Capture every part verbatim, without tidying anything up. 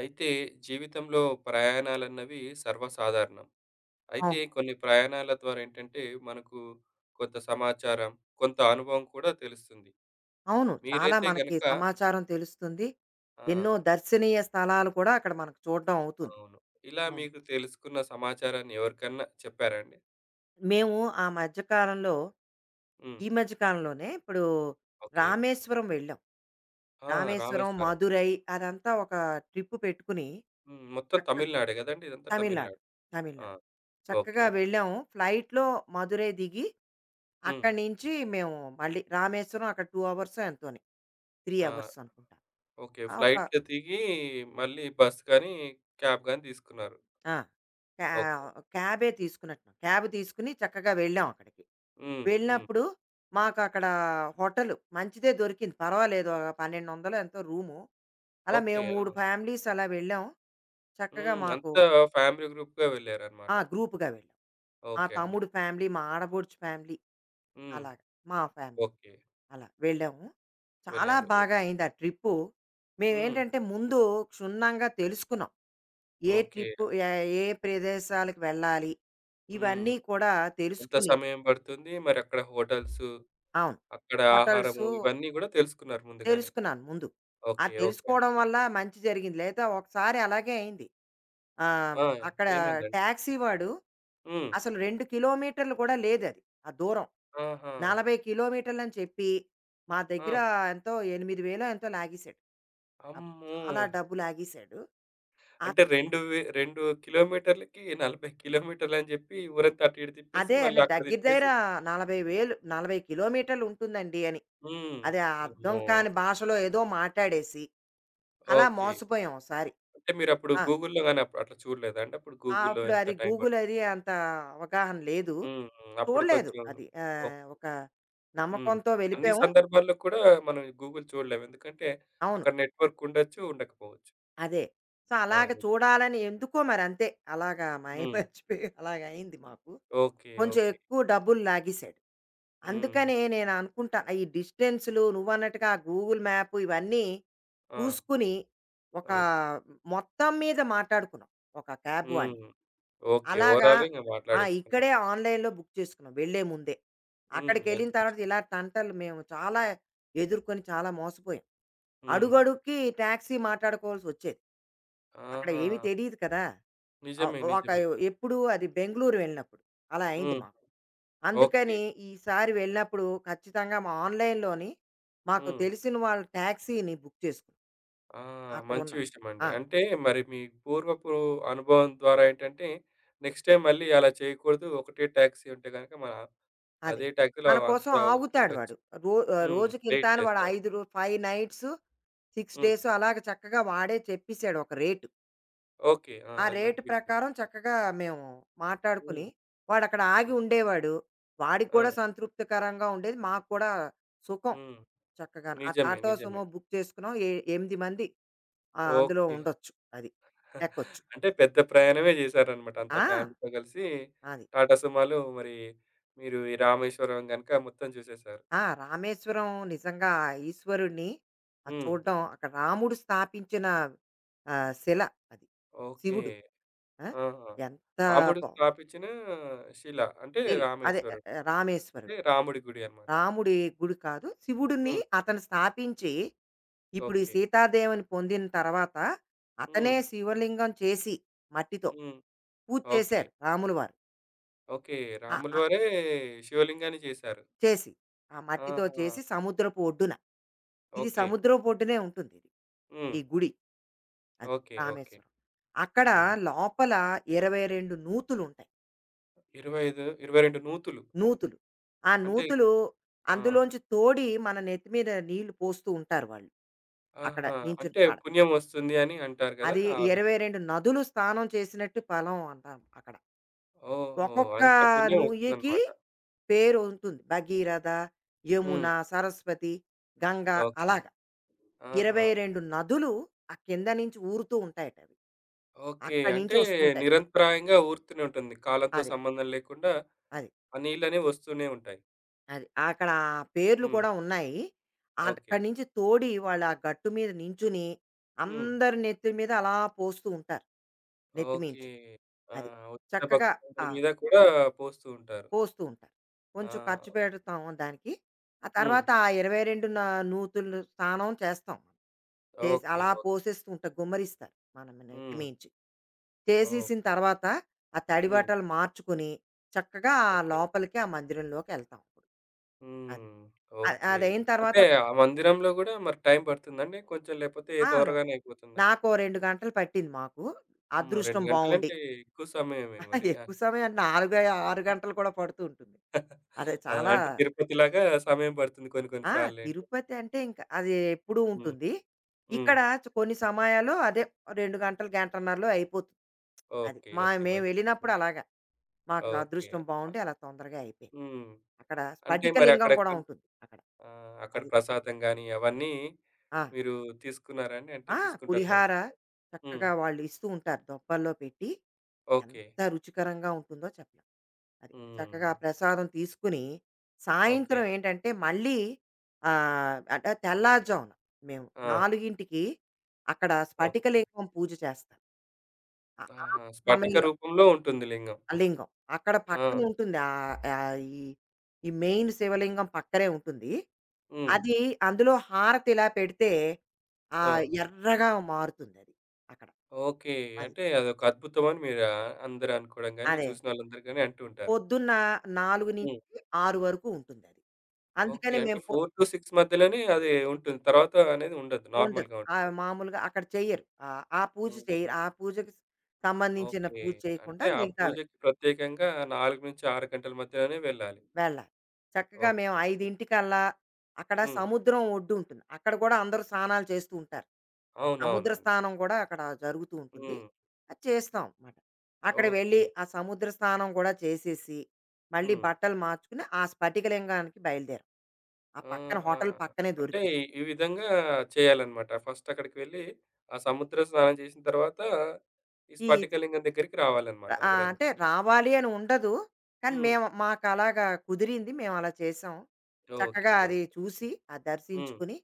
అయితే జీవితంలో ప్రయాణాలన్నవి సర్వసాధారణం. అయితే అవును. కొన్ని ప్రయాణాల ద్వారా ఏంటంటే మనకు కొంత సమాచారం, కొంత అనుభవం కూడా తెలుస్తుంది. అవును. చాలా మీరైతే మనకి గనక సమాచారం తెలుస్తుంది. ఆ! ఎన్నో దర్శనీయ స్థలాలు కూడా అక్కడ మనకు చూడడం అవుతుంది. అవును. ఇలా అవును. మీకు తెలుసుకున్న సమాచారాన్ని ఎవరికన్నా చెప్పారా అండి? మేము ఆ మధ్య కాలంలో హ్మ్. ఈ మధ్య కాలంలోనే ఇప్పుడు ఓకే. రామేశ్వరం వెళ్ళాం. ఆ! రామేశ్వరం, రామేశ్వరం. మదురై అదంతా ఒక ట్రిప్ పెట్టుకుని హ్మ్. మొత్తం చక్క తమిళనాడే గదండీ! ఇదంతా తమిళనాడు. తమిళనాడు. ఆ! తమిళనాడు. చక్కగా ఓకే. వెళ్ళాము. ఫ్లైట్‌లో మదురై దిగి హ్మ్. అక్కడి నుంచి మేము మళ్ళీ రామేశ్వరం అక్కడ రెండు అవర్సో ఎంతోని. మూడు ఆ! అవర్స్ అనుకుంటా. ఓకే. ఆ! ఒక ఫ్లైట్‌లో దిగి మళ్ళీ బస్ కానీ, క్యాబ్ గాని తీసుకున్నారు? ఆ! క్యా ఓకే. క్యాబే తీసుకున్నట్టున్నాం. క్యాబ్ తీసుకొని చక్కగా వెళ్ళాం అక్కడికి. హ్మ్. హ్మ్. వెళ్ళినప్పుడు మాకక్కడ హోటలు మంచిదే దొరికింది. పర్వాలేదు. పన్నెండు వందల ఎంతో రూము. అలా ఓకే. మేము ఆ! మూడు ఫ్యామిలీస్ అలా వెళ్ళాం. చక్కగా హ్మ్. మాకు అంతా ఫ్యామిలీ గ్రూప్‌గా వెళ్లారన్నమాట. ఆ! గ్రూప్‌గా వెళ్ళాం. మా ఓకే అండి. తమ్ముడు ఫ్యామిలీ, మా ఆడపడుచు ఫ్యామిలీ, హ్మ్. అలాగా మా ఫ్యామిలీ ఓకే. అలా వెళ్ళాము. చాలా వెళ్లారు. బాగా ఓకే. అయింది ఆ ట్రిప్పు. హ్మ్. మేమేంటంటే ముందు క్షుణ్ణంగా తెలుసుకున్నాం. ఏ ఓకే. ట్రిప్పు ఏ ఏ ప్రదేశాలకు వెళ్ళాలి? హ్మ్. ఇవన్నీ కూడా ఎంత తెలుసుకుని, సమయం పడుతుంది? మరక్కడ హోటల్సు, అవును, అక్కడ ఆహారము హోటల్సు ఇవన్నీ గూడా తెలుసుకున్నారు ముందుగానే. తెలుసుకున్నాను ముందు. ఆ ఓకే. ఓకే అండి. తెలుసుకోవడం వల్ల మంచి జరిగింది. లేదా ఒకసారి అలాగే అయింది. ఆహ్, ఆ! అక్కడ ఏమైందండి? టాక్సీ వాడు హ్మ్. అసలు రెండు కిలోమీటర్లు కూడా లేదది ఆ దూరం. ఆహా! నలభై కిలోమీటర్లని చెప్పి మా ఆ! దగ్గర ఎంతో ఎనిమిది వేలు ఎంతో లాగేశాడు. అప్పుడు అమ్మో! చాలా డబ్బు లాగేశాడు. ఆ అంటే రెండు వే రెండు కిలోమీటర్లకి నలభై కిలోమీటర్లని జెప్పి ఊరంతా అటు ఇటు తిప్పేసి అదే మళ్ళీ అని అక్కడ దగ్గర దగ్గర తిప్పేసి నలభై వేలు నలభై కిలోమీటర్లు ఉంటుందండి అని హ్మ్. అది అర్థం అమ్మో! కాని భాషలో ఏదో మాట్లాడేసి, అలా ఓకే. మోసపోయాం ఒకసారి. అంటే మీరప్పుడు ఆ! గూగుల్‌లో గాని అప్ అట్లా చూడలేదా అండి? అప్పుడు ఆహ్, గూగుల్‌లో అప్పుడు ఎంత అది టైం గూగుల్ అది పడుతుంది? అంత అవగాహన లేదు. హ్మ్. హ్మ్. అప్పుడు చూడలేదు కొంచెం అది. ఓహ్! ఆహ్, ఒక హ్మ్. నమ్మకంతో అన్ని వెళ్ళిపోయాము. సందర్భాల్లో కూడా మనం గూగుల్ చూడలేము. ఎందుకంటే అవును. అక్కడ నెట్‌వర్క్ ఉండొచ్చు, ఉండకపోవచ్చు. అదే. సో, ఆ! అలాగ నిజమే. చూడాలని ఎందుకో మరంతే. అలాగా హ్మ్. మాయమర్చిపోయి అలాగయింది మాకు. ఓకే. కొంచెం ఓకే. ఎక్కువ డబ్బులు లాగేశాడు. హుహు. అందుకనే నేను అనుకుంటా ఈ డిస్టెన్స్‌లు నువ్వన్నట్టుగా గూగుల్ మ్యాప్ ఇవన్నీ ఆ! చూసుకుని, ఒక అది. మొత్తం మీద మాట్లాడుకున్నాం ఒక క్యాబ్ వాడిని. హ్మ్. ఓకే. అలాగా. ఓవరాల్‌గా ఇంక ఆ! మాట్లాడేసుకున్నారు. ఇక్కడే ఆన్‌లైన్‌లో బుక్ చేసుకున్నాం వెళ్ళే ముందే. హ్మ్. మంచి అక్కడికెళ్ళిన తర్వాత విషయం. ఇలా తంటలు మేము చాలా ఎదుర్కొని చాలా మోసపోయాం. హ్మ్. అడుగడుక్కి టాక్సీ మాట్లాడుకోవాల్సొచ్చేది. అక్కడ ఆహా! ఏమీ తెలీదు కదా! ఆహ్, నిజమే. ఒక నిజమే. ఎప్పుడు అది బెంగుళూరు వెళ్ళినప్పుడు అలా అయింది హ్మ్. మాకు. ఓకే. అందుకని ఈసారి వెళ్ళినప్పుడు ఖచ్చితంగా మా ఆన్‌లైన్‌లోని మాకు హ్మ్. తెలిసిన వాళ్ళ టాక్సీని బుక్ చేసుకున్నాం. ఆ! మంచి అక్కడున్న. విషయమండి. ఆ! అంటే మరి మీ పూర్వపు అనుభవం ద్వారా ఏంటంటే, నెక్స్ట్ టైమ్ మళ్ళీ అలా చేయకూడదు. ఒకటే టాక్సీ ఉంటే గనక మన అదే, అదే టాక్సీలో మన కోసం అంతా ఆగుతాడు వాడు. తిరగొచ్చు. రో ఆహ్, హ్మ్. రోజుకింత వెయిట్ అని వాడు చేస్తారు. ఐదు రూ ఐదు నైట్స్, ఆరు హ్మ్. డేస్ అలాగా చక్కగా వాడే చెప్పేసాడు ఒక రేటు. ఓకే. ఆ! ఆ అది రేటు మంచి విషయం. ప్రకారం చక్కగా మేము మాట్లాడుకుని, హ్మ్. వాడక్కడ ఆగి ఓకే. ఉండేవాడు. వాడికి ఆ! కూడా సంతృప్తికరంగా ఉండేది. మాకు కూడా సుఖం. హ్మ్. చక్కగా ఆ నిజమే. టాటా నిజమే. సుమో బుక్ చేసుకున్నాం. ఏ ఎనిమిది మంది ఆహ్, అందులో ఓకే. ఉండొచ్చు. అది. ఎక్కొచ్చు. అంటే పెద్ద ప్రయాణమే చేశారన్నమాట. అంతా ఆ! ఫ్యామిలీతో కలిసి అది. టాటా సుమోలో మరి మీరు ఈ రామేశ్వరం గనుక మొత్తం చూసేసారు. ఆ! రామేశ్వరం నిజంగా ఆ ఈశ్వరుడిని ఆ హ్మ్. చూడడం, అక్కడ రాముడు స్థాపించిన ఆహ్, శిల అది. ఓకే. శివుడు. ఆ! ఆహా! ఎంత రాముడు బా స్థాపించిన శిల అంటే తెల్ అదే ఆ, రామేశ్వరుడు. అంటే రామేశ్వరుడు. రాముడి గుడి అన్నమాట. రాముడి గుడి కాదు. శివుడిని హ్మ్. అతను స్థాపించి ఇప్పుడు ఈ ఓకే. సీతాదేవిని పొందిన తర్వాత హ్మ్. అతనే శివలింగం చేసి మట్టితో హ్మ్. పూజ ఓకే. చేశారు రాములు వారు. ఓకే. రాములు ఆ! వారే శివలింగాన్ని చేశారు. చేసి ఆ మట్టితో ఆహా! చేసి సముద్రపు ఒడ్డున. ఇది ఓకే. సముద్రపు ఒడ్డునే ఉంటుందిది, హ్మ్. ఈ గుడి. అది ఓకే. ఓకే. రామేశ్వరం. అక్కడ హ్మ్. లోపల ఇరవై రెండు నూతులుంటాయి. నూతులు ఉంటాయి, ఇరవై ఐదు, ఇరవై రెండు నూతులు. నూతులు. ఆ అంటే నూతులు ఆ! అందులోంచి తోడి మన నెత్తి మీద నీళ్లు పోస్తూ ఉంటారు వాళ్ళు, అక్కడ ఆహా! నించుని అంటే కాడ. పుణ్యం వస్తుంది అని అంటారు కదా! అది ఆ విధంగా. ఇరవై రెండు నదులు స్నానం చేసినట్టు ఫలం అంటాం అక్కడ. ఓహో! ఒక్కొక్క అంత పుణ్యం నూయకి వస్తుందన్నమాట. పేరు ఉంటుంది. భగీరథ, యమున, హ్మ్. సరస్వతి, గంగా ఓకే. అలాగ. ఆహా! ఇరవై రెండు నదులు ఆ కింద నుంచి ఊరుతూ ఉంటాయట అవి, ఓకే. అక్కడి నుంచి అంటే వస్తూ ఉంటాయి. నిరంతరాయంగా ఊరుతూనే ఉంటుంది. కాలంతో అది. సంబంధం లేకుండా అది. ఆ నీళ్ళనేవి వస్తూనే ఉంటాయి. అది. అక్కడ ఆ పేర్లు హ్మ్. కూడా ఉన్నాయి. ఓకే. అక్కడి నుంచి తోడి వాళ్ళు ఆ గట్టు మీద నించుని, హ్మ్. అందరి నెత్తి మీద అలా పోస్తూ ఉంటారు ఓకే. నెత్తిమీంచి. ఆ! అది. వచ్చిన చక్కగా భక్తులందరి ఆ! మీద కూడా పోస్తూ ఉంటారు. పోస్తూ ఉంటారు. కొంచెం ఆ! ఖర్చు పెడతాం దానికి. ఆ హ్మ్. తర్వాత ఆ ఇరవై రెండు న నూతులు స్నానం చేస్తాం మనం. చేసి ఓకే. అలా ఓకే. పోసేస్తూ ఉంటారు, గుమ్మరిస్తారు మన హ్మ్. నెత్తిమీంచి. చేసేసిన ఓకే. తర్వాత ఆ తడి హ్మ్. బట్టలు మార్చుకుని చక్కగా ఆ ఓకే. లోపలికి ఆ మందిరంలోకెళ్తాం. అది. హ్మ్. అద్ ఓకే. అదయిన తర్వాత అంటే అక్కడ ఆ మందిరంలో గూడా మరి టైం పడుతుందండి? కొంచెం లేపోతే ఆ! త్వరగానే అయిపోతుందా? నాకో రెండు గంటలు పట్టింది మాకు. అమ్మో! రెండు అదృష్టం బావుండి. గంటలంటే ఎక్కువ సమయమే మరి. ఆ! ఎక్కువ సమయం నాలుగు, ఆరు గంటలు కూడా పడుతూ ఉంటుంది. అదే ఆ, చాలా. అంటే తిరుపతిలాగా సమయం పడుతుంది కొన్ని కొన్ని ఆ! సార్లేంటి. తిరుపతి అంటే ఇంకా అది ఎప్పుడూ హ్మ్. ఉంటుంది. హ్మ్. ఇక్కడ చ్ కొన్ని సమయాల్లో అదే రెండు గంటలు, గంటన్నరలో అయిపోతుంది. అది. ఓకే. మా ఓకే. మేము మంచి వెళ్ళినప్పుడు విషయం. అలాగా మాకు ఓకే. అదృష్టం బావుండి అలా తొందరగా అయిపోయింది. హ్మ్. అక్కడ అంటే మరి స్ఫటికలింగం అక్కడ కూడా కొన్ని ఉంటుంది అక్కడ. ఆహ్, అక్కడ అది. ప్రసాదం గాని అవన్నీ ఆ! మీరు తీసుకున్నారా అండి? అంటే ఆ! తీసుకుంటారు కదా! పులిహార హ్మ్. చక్కగా వాళ్ళు ఇస్తూ ఉంటారు దొబ్బల్లో పెట్టి. ఓకే. ఎంత రుచికరంగా ఉంటుందో చెప్పలేం. అది. చక్కగా హ్మ్. ఆ ప్రసాదం తీసుకుని, ఓకే. సాయంత్రం ఏంటంటే మళ్ళీ ఆహ్, అంటే తెల్లారుజామున మేము ఆ! 4కి అక్కడ ఓకే. స్ఫటికలింగం పూజ చేస్తాం. ఆ! ఆ ఆహా! స్ఫటిక సమయం రూపంలో ఉంటుంది లింగం. లింగం. అక్కడ ఆ! పక్కన హ్మ్. ఉంటుంది. ఆహ్, ఆహ్, ఈ ఈ మెయిన్ శివలింగం పక్కనే ఉంటుంది. హ్మ్. అది, అందులో హారతి ఇలా పెడితే ఆ! ఆహ్, ఎర్రగా మారుతుందది అక్కడ. ఓకే. అది. అంటే అదొక అద్భుతం అని మీరు ఆహ్, అందరూ అనుకోవడం గాని, అదే. చూసిన వాళ్ళందరూ గాని అంటూ ఉంటారు. పొద్దున్న హ్మ్. నాలుగు ఆరు వరకు ఉంటుందది. ఓకే. అందుకని అంటే మేము పొ నాలుగు నుంచి ఆరు మధ్యలోనే అది ఉంటుంది. తర్వాత అనేది ఉండదు. ఉండదు. నార్మల్‌గా ఉంటుంది. ఆహ్, మామూలుగా అక్కడ చెయ్యరు. ఆహ్, ఆ పూజ హ్మ్. చెయ్యరు. ఆ పూజకి సంబంధించిన ఓకే. పూజ చేయకుండా అంటే ఆ మిగతావి. పూజకి ప్రత్యేకంగా నాలుగు నుంచి ఆరు గంటల మధ్యలోనే వెళ్ళాలి. వెళ్ళాలి. చక్కగా మేము ఓకే. 5:00కల్లా అక్కడ హ్మ్. సముద్రం ఒడ్డు ఉంటుంది. అక్కడ కూడా అందరూ స్నానాలు చేస్తూ ఉంటారు. సముద్ర అవునవునండి. స్నానం కూడా అక్కడ జరుగుతూ ఉంటుంది. హ్మ్. అది చేస్తాం మాట. అక్కడ ఓకే. వెళ్ళి ఆ సముద్ర స్నానం కూడా చేసేసి, మళ్ళీ హ్మ్. బట్టలు మార్చుకుని ఆ స్ఫటికలింగానికి బయలుదేరాం. ఆ పక్కన ఆహా! హోటల్ పక్కనే అంటే దొరికింది. ఈ ఈ విధంగా చేయాలన్నమాట. ఫస్ట్ అక్కడికి వెళ్లి ఆ సముద్ర స్నానం చేసిన తర్వాత ఈ ఈ స్ఫటికలింగం దగ్గరికి రావాలన్నమాట ఆహ్, ఎవరైనా. అంటే రావాలి అని ఉండదు. కానీ హ్మ్. మేము మాకలాగా కుదిరింది, మేము అలా చేసాం. చక్కగా ఓకే. ఓకే. అది చూసి, అది హ్మ్. దర్శించుకుని,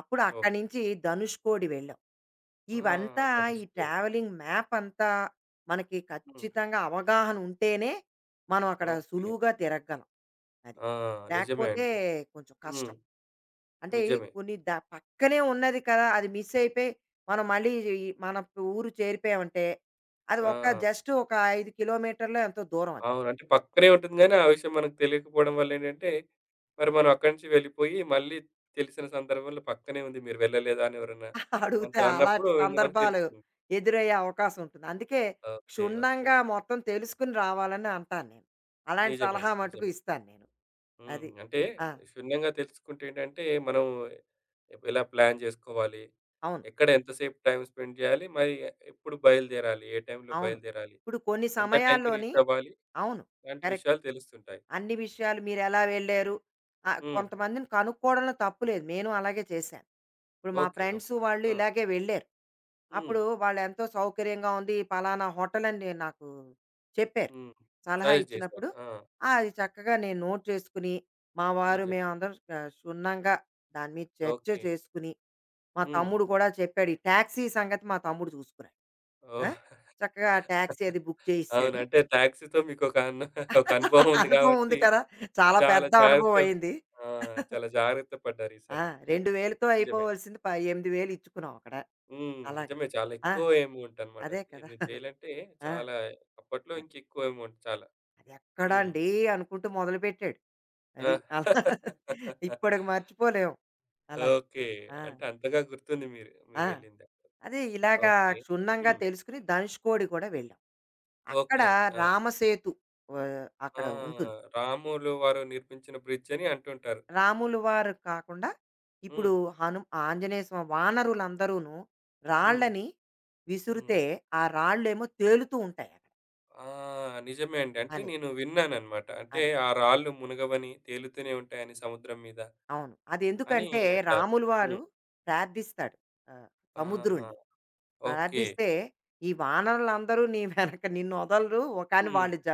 అప్పుడు అక్కడి ఓకే. నుంచి ధనుష్కోడి వెళ్ళాం. ఆ! ఇవంతా ఈ ధనుష్కోడి. ట్రావెలింగ్ మ్యాప్ అంతా మనకి హ్మ్. ఖచ్చితంగా అవగాహన ఉంటేనే మనం అక్కడ ఓకే. సులువుగా తిరగగలం. అది. ఆ! నిజమే లేకపోతే అండి. కొంచెం హ్మ్. కష్టం. అంటే నిజమే. కొన్ని ద పక్కనే ఉన్నది కదా! అది మిస్ అయిపోయి మనం మళ్ళీ ఈ మన ఊరు చేరిపోయామంటే అది ఒక ఆ! జస్ట్ ఒక ఐదు కిలోమీటర్లో ఎంతో దూరం అది. అవును. అంటే పక్కనే ఉంటుంది గానీ, ఆ విషయం మనకు తెలియకపోవడం వల్లేంటంటే, మరి మనం అక్కడి నుంచి వెళ్ళిపోయి, మళ్ళీ తెలిసిన సందర్భంలో పక్కనే ఉంది. మీరు వెళ్ళలేదా అని ఎవరన్నా అడుగుతే మనతో అన్నప్పుడు, అలాంటి ఇంక మనకు సందర్భాలు తెలుస్తుంది. ఎదురయ్యే అవకాశం ఉంటుంది. అందుకే ఓకే. ఓకే. క్షుణ్ణంగా మొత్తం తెలుసుకొని రావాలని అంటాను నేను. అలాంటి నిజమే సలహా అండి. మటుకు నిజమే. ఇస్తాను నేను. హ్మ్. అది. అంటే ఆ! క్షుణ్ణంగా తెలుసుకుంటే ఏంటంటే, మనం ఎ- ఎలా ప్లాన్ జేసుకోవాలి? అవును. ఎక్కడ ఎంతసేపు టైమ్ స్పెండ్ జేయాలి? మరి ఎప్పుడు బయలుదేరాలి? ఏ టైంలో అవును. బయలుదేరాలి? ఇప్పుడు కొన్ని ఎంత టైంకి సమయాల్లోని రీచ్ అవ్వాలి? అవును. ఇలాంటి కరెక్ట్. విషయాలు తెలుస్తుంటాయి. అన్ని విషయాలు మీరెలా వెళ్లారు? ఆహ్, హ్మ్. కొంతమందిని కనుక్కోవడంలో తప్పు లేదు. నేను అలాగే చేశాను. ఇప్పుడు మా ఓకే. Friends okay. వాళ్ళు ఆ! ఇలాగే వెళ్ళారు. హ్మ్. అప్పుడు వాళ్ళెంతో సౌకర్యంగా ఉంది. ఈ పలానా హోటల్ అని నేను- నాకు చెప్పారు, హ్మ్. సలహా సజెస్ట్ చేశారు. ఇచ్చినప్పుడు. ఆ! ఆ, అది చక్కగా నేను నోట్ చేసుకుని, మా వారు నిజం. మేమందరం ఆహ్, క్షుణ్ణంగా దాని మీద చర్చ ఓకే. చేసుకుని మా హ్మ్. తమ్ముడు కూడా చెప్పాడు. ఈ టాక్సీ సంగతి మా తమ్ముడు చూసుకున్నాడు. ఆ! ఓహ్! చక్కగా ఆ టాక్సీ అది బుక్ అవును. చేసేసాడు. అంటే టాక్సీ‌తో మీకొక అను ఒక అనుభవం ఉంది అనుభవం ఉంది కాబట్టి కదా! చాలా చాలా పెద్ద జాగ్రత్త అనుభవం అయింది. ఆ! చాలా జాగ్రత్త పడ్డారు ఆ! ఈసారి. 2000తో నిజమే. అయిపోవలసింది ప ఎనిమిది వేలు ఇచ్చుకున్నాం అక్కడ. హ్మ్. అలాగా. నిజమే. చాలా ఆ! ఎక్కువ అమౌంట్ అన్నమాట. అదే కదా! ఎనిమిది వేలు అంటే ఆ! చాలా అప్పట్లో అది ఇంకెక్కువ అమౌంట్ చాలా. హ్మ్. అదెక్కడండి అనుకుంటూ మొదలుపెట్టాడు. ఆ! అది. అలా ఇప్పటికి మర్చిపోలేం. అలాగా. ఓకే. ఆ! అంటే అంతగా గుర్తుంది మీరు. మీరు ఆ! వెళ్ళింది. అదే ఇలాగా ఓకే. క్షుణ్ణంగా హ్మ్. తెలుసుకొని ధనుష్కోడి కూడా వెళ్ళాం. అక్కడ ఓకే అండి. ఆ! రామసేతు ఆహ్, ఆ! అక్కడ ఉంటుంది. రాములు వారు నిర్మించిన బ్రిడ్జ్ అని అంటుంటారు. రాములు వారు కాకుండా హ్మ్. ఇప్పుడు హను ఆంజనేయ స్వామి వానరులందరూను హ్మ్. రాళ్ళని హ్మ్. విసురితే ఆ రాళ్ళేమో తేలుతూ ఉంటాయి అక్కడ. ఆ! నిజమే అండి. అంటే అదే. నేను విన్నానన్నమాట. అంటే అదే. ఆ రాళ్ళు మునగవని, తేలుతూనే ఉంటాయని సముద్రం మీద అవును. అని అదెందుకంటే అంటారు. రాములు వారు హ్మ్. ప్రార్థిస్తాడు, ఆహ్, ఆహా! సముద్రుడిని. ఓకే. ప్రార్థిస్తే ఈ వానరులందరూ నీ వెనక నిన్నొదలరు. కానీ హ్మ్. వాళ్ళు జ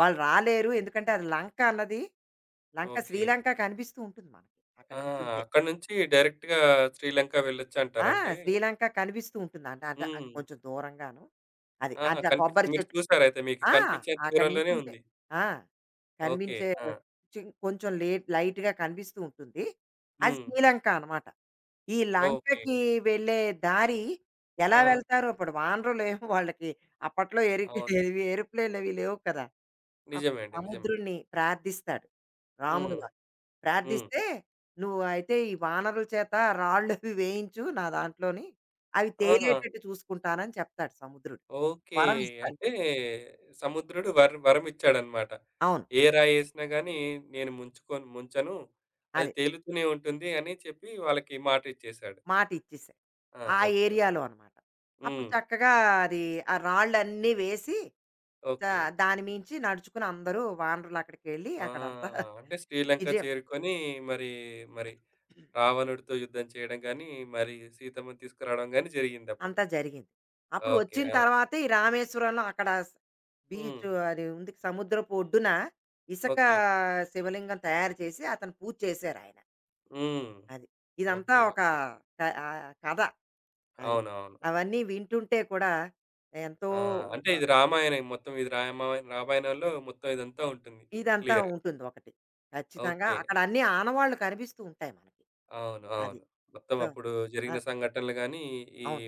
వాళ్ళు రాలేరు. ఎందుకంటే అది లంక అన్నది, లంక ఓకే. శ్రీలంక కనిపిస్తూ ఉంటుంది మనకి అక్కడ ఆ! నించుంటే. అక్కడి నుంచి డైరెక్ట్‌గా శ్రీలంక ఆ! వెళ్ళొచ్చంటారంటే శ్రీలంక కనిపిస్తూ ఉంటుందంట. అంట అంటే అది హ్మ్. కొంచెం దూరంగాను. అది ఆహా! అంటే ఆ కనిపించింది. కొబ్బరి మీరు చెట్లు చూసారైతే మీకు ఆ! కనిపించేంత అక్కడ దూరంలోనే నించుంటే ఉంది. ఆ! ఓకే. కనిపించే ఆ! చి కొంచెం లేట్ లైట్‌గా కనిపిస్తూ ఉంటుంది. అది హ్మ్. శ్రీలంక అనమాట. ఈ ఓకే. లంకకి వెళ్ళే దారి ఎలా ఆ! వెళ్తారో ఇప్పుడు వానరులేమో వాళ్ళకి అప్పట్లో ఎరిక అవును. ఏవి ఏరోప్లేన్‌లు అవి లేవు కదా! నిజమే అప్పుడు అండి. నిజమే. సముద్రుడిని ప్రార్థిస్తాడు రాముడు హ్మ్. వారు. హ్మ్. ప్రార్థిస్తే నువ్వు అయితే ఈ వానరుల చేత రాళ్ళు అవి వేయించు నా దాంట్లోని అవి ఆహా! తేలేటట్టు చూసుకుంటానని చెప్తాడు సముద్రుడు, ఓకే. వరం ఇస్తాడు. అంటే సముద్రుడు వర్ వరమిచ్చాడన్నమాట. అవును. ఏ రాయేసినా గాని నేను ముంచుకోను ముంచను. అది అదే, తేలుతూనే ఉంటుంది అని చెప్పి వాళ్ళకి మాటిచ్చేసాడు. మాట ఇచ్చేసాడు ఆ! ఆ ఓకే. ఓకే. ఏరియాలో అన్నమాట. అప్పుడు హ్మ్. చక్కగా అది ఆ రాళ్ళు అన్నీ వేసి ఓకే. దా- దాని మించి నడుచుకుని అందరూ వానరులు అక్కడికి వెళ్ళి ఆ! అక్కడంతా అంటే శ్రీలంక విజయం చేరుకొని మరి, మరి రావణుడితో యుద్ధం చేయడం గాని, మరి సీతమ్మని తీసుకురావడం గాని జరిగిందప్పుడు. అంతా జరిగింది. అప్పుడు ఓకే. వచ్చిన ఆ! తర్వాత ఈ రామేశ్వరంలో అక్కడ స్ హ్మ్. బీచ్ అది ఉంది. సముద్రపు ఒడ్డున ఇసక ఓకే. శివలింగం తయారు చేసి అతను పూజ చేశారాయన. హ్మ్. అది. ఇదంతా ఓకే. ఒక ఓకే. క ఆహ్, కథ అది. అవునవును. అవన్నీ వింటుంటే కూడా ఎంతో. ఆ! అంటే ఆహ్, ఇది రామాయణం మొత్తం ఇది రామా రామాయణంలో మొత్తం ఇదంతా ఉంటుంది. ఇదంతా క్లియర్. ఉంటుంది ఒకటి. ఖచ్చితంగా ఓకే. అక్కడ అన్ని ఆనవాళ్ళు కనిపిస్తూ ఉంటాయి మనకి. అవును. అది. అవును. మొత్తం సో, అప్పుడు ఆ! జరిగిన సంఘటనలు గాని, ఈ అవును.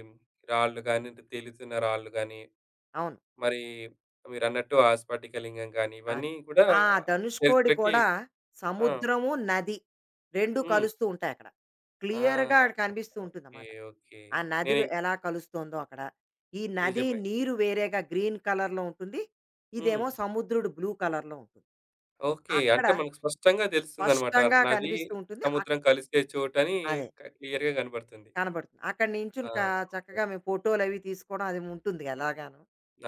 రాళ్ళు గాని, తేలుతున్న రాళ్ళు గాని, అవును. మరి మీరన్నట్టు ఆ స్ఫటికలింగం గాని, అది. ఇవన్నీ కూడా ఆ ధనుష్కోడి చరిత్రకి కూడా ఆ! సముద్రము, నది రెండు హ్మ్. కలుస్తూ ఉంటాయి అక్కడ. ఆ! క్లియర్‌గా అక్కడ కనిపిస్తూ ఓకే. ఉంటుందన్నమాట. ఓకే. ఆ నేని నదులు ఎలా కలుస్తుందో అక్కడ. ఈ నది నిజమే. నీరు వేరేగా గ్రీన్ కలర్‌లో ఉంటుంది. హ్మ్. ఇదేమో సముద్రుడు బ్లూ కలర్‌లో ఉంటుంది. ఓకే. అక్కడ అంటే మనకు స్పష్టంగా తెలుస్తుందన్నమాట. స్పష్టంగా నది, కనిపిస్తూ ఉంటుంది, సముద్రం అక్కడ కలిసే చోటని అదే క క్లియర్‌గా కనపడుతుంది. కనబడుతుంది. అక్కడ ఆ! నించుని కా ఓకే. చక్కగా మేము ఫోటోలవి తీసుకోవడం అది ఉంటుంది ఎలాగాను.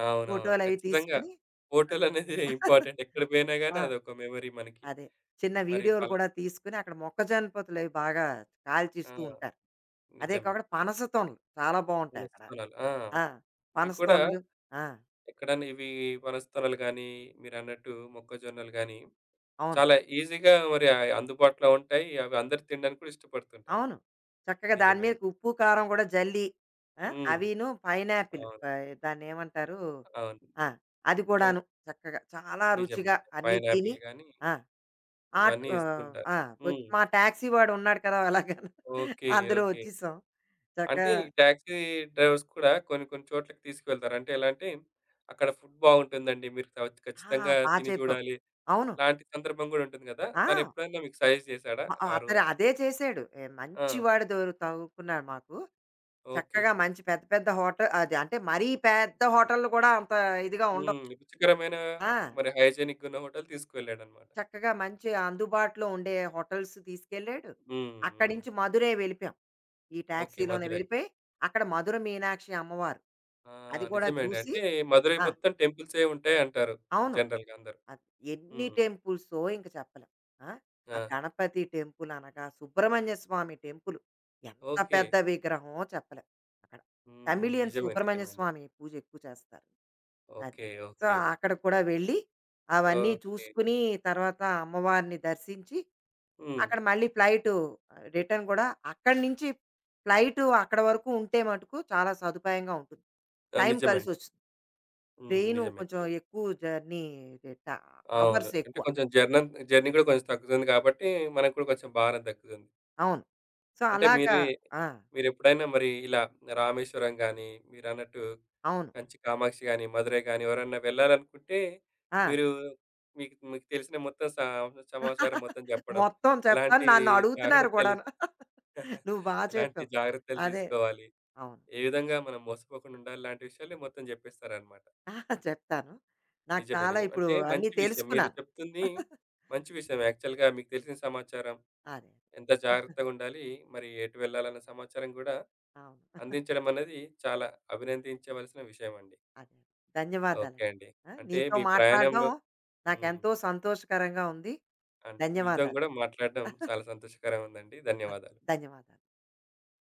అవునవును. ఫోటోలవి ఖచ్చితంగా. తీసుకొని ఫోటోలనేది చక్ ఇంపార్టెంట్. ఎక్కడ పోయినా గాని ఆ! అదొక మెమరీ మనకి. అదే. చిన్న మరి వీడియోలు పలా కూడా తీసుకొని అక్కడ మొక్కజొన్న పొత్తులవి బాగా ఆ! కాల్చిస్తూ ఉంటారు. అదే నిజమే. కాకుండా పనస తొనలు చాలా బావుంటాయక్కడ. పనస్తనాలు. ఆ! ఆ! ఇవి పనస కూడా తొనలు ఆ! ఎక్కడన్నా ఇవి పనస్తనాలు గానీ, మీరన్నట్టు మొక్కజొన్నలు గానీ, అవును. చాలా ఈజీగా మరి ఆహ్, అందుబాటులో ఉంటాయి. అవి అందరూ తినడానికి కూడా ఇష్టపడుతుంటారు. అవును. చక్కగా దాని నిజమే అండి. మీదకి ఉప్పు, కారం కూడా జల్లి ఆ! హ్మ్. అవిను పైనాపిల్ అవును. ఆహ్, దాన్నేమంటారు? అవును. ఆ! అది ఓహ్! కూడాను చక్కగా చాలా నిజమే. రుచిగా అన్నీ తిని పైనాపిల్ గానీ, ఆ! ఆట్ ఇవన్నీ ఆహ్, ఇస్తుంటారు. ఆ! ఒచ్ హ్మ్. మా టాక్సీ వాడున్నాడు కదా! అలాగా ఓకే. అందులో ఓకే. వచ్చేసాం. చక్కగా. అంటే ఈ టాక్సీ డ్రైవర్స్ కూడా కొన్ని కొన్ని చోట్లకి తీసుకువెళ్తారు. అంటే ఎలా అంటే, అక్కడ ఫుడ్ బాగుంటుందండి. మీరు క ఆ! ఖచ్చితంగా బా తిని చెప్పావు. చూడాలి. అవును. లాంటి సందర్భం గూడా ఉంటుంది గదా! ఆ! తనెప్పుడైనా మీకు సజెస్ట్ చేశాడా? అ ఆ రో అతను అదే చేశాడు. ఏ ఆ! మంచివాడు దొరు తగులుకున్నాడు మాకు. ఓకే. చక్కగా మంచి పెద్ద పెద్ద హోటల్ అది, అంటే మరీ పెద్ద హోటల్‌లు కూడా అంత ఇదిగా ఉండవు. హ్మ్. రుచికరమైన ఆ! మరి హైజీనిక్‌గున్న హోటల్ తీసుకువెళ్ళాడన్నమాట. చక్కగా మంచి అందుబాటులో ఉండే హోటల్స్ తీసుకెళ్ళాడు. హ్మ్. అక్కడి హ్మ్. నుంచి మధురై వెళ్ళిపోయాం. ఈ ఓకే. టాక్సీలోనే మదురై. వెళ్ళిపోయి, అక్కడ మధుర మీనాక్షి అమ్మవారు, ఆ! అది కూడా నిజమే అండి. చూసి. అంటే మదురై ఆ! మొత్తం టెంపుల్సే ఉంటాయి అంటారు అవును. జనరల్‌గా అందరూ. అది ఎన్ని హ్మ్. టెంపుల్సో ఇంక చెప్పలేం. ఆ! ఆ ఆ! గణపతి టెంపుల్ అనగా, సుబ్రహ్మణ్య స్వామి టెంపుల్. ఎంత ఓకే. పెద్ద విగ్రహమో చెప్పలేం అక్కడ. హ్మ్. తమిళియన్ నిజమే. సుబ్రహ్మణ్య నిజమే అండి. స్వామి పూజ ఎక్కువ చేస్తారు. అది. ఓకే. So, okay. అక్కడికి కూడా వెళ్ళి, అవన్నీ ఓకే. చూసుకుని, తర్వాత అమ్మవారిని దర్శించి, హ్మ్. అక్కడ మళ్ళీ ఫ్లైటు రిటర్న్ కూడా అక్కడి నుంచి ఫ్లైటు అక్కడ వరకు ఉంటే మటుకు చాలా సదుపాయంగా ఉంటుంది. ఆ! టైం నిజమే అండి. కలిసొస్తుంది. హ్మ్. ట్రైను నిజమే. కొంచెం ఎక్కువ జర్నీ ట అవును. అవర్స్ అంటే ఎక్కువ. కొంచెం జర్నన్ జర్నీ కూడా కొంచెం తగ్గుతుంది కాబట్టి, మనకు కూడా కొంచెం భారం తగ్గుతుంది. అవును. సో, అంటే అలాగా. మీరి ఆ! మీరెప్పుడైనా మరి ఇలా రామేశ్వరం గాని, మీరన్నట్టు అవును. కంచి కామాక్షి గాని, మధురై గాని ఎవరన్నా వెళ్ళాలనుకుంటే, ఆ! మీరు మీకు మీకు తెలిసిన మొత్తం సా సమాచారం మొత్తం చెప్పడం, మొత్తం చెప్తాను, ఎలాంటి నన్ను అడుగుతున్నారు జాగ్రత్తలు కూడాను. నువ్వు బా ఎలాంటి చెప్పావు. జాగ్రత్తలు అదే. తీసుకోవాలి, అవును. ఏ విధంగా మనం మోసపోకుండా ఉండాలి, ఇలాంటి విషయాలు మొత్తం చెప్పేస్తారనమాట. చెప్తాను. నాకు నిజమే. చాలా నిజమే. ఇప్పుడు అంటే అన్నీ మంచి విషయం. మీరు తెలుసుకున్నాను. చెప్తుంది మంచి విషయం. యాక్చువల్‌గా మీకు తెలిసిన సమాచారం. అదే. ఎంత జాగ్రత్తగుండాలి, మరి ఎటు వెళ్ళాలన్న సమాచారం గూడా అవును. అందించడం అనేది చాలా అభినందించవలసిన విషయమండి. అదే. ఓకే ధన్యవాదాలండి. అండి. ఆ! అంటే నీతో మీ మాట్లాడడం ప్రయాణంలో హ్మ్. నాకెంతో సంతోషకరంగా ఉంది. అన్ మీతో ధన్యవాదాలు. గూడా మాట్లాడడం చాలా సంతోషకరంగా ఉందండి. ఆ! ధన్యవాదాలు. ధన్యవాదాలు.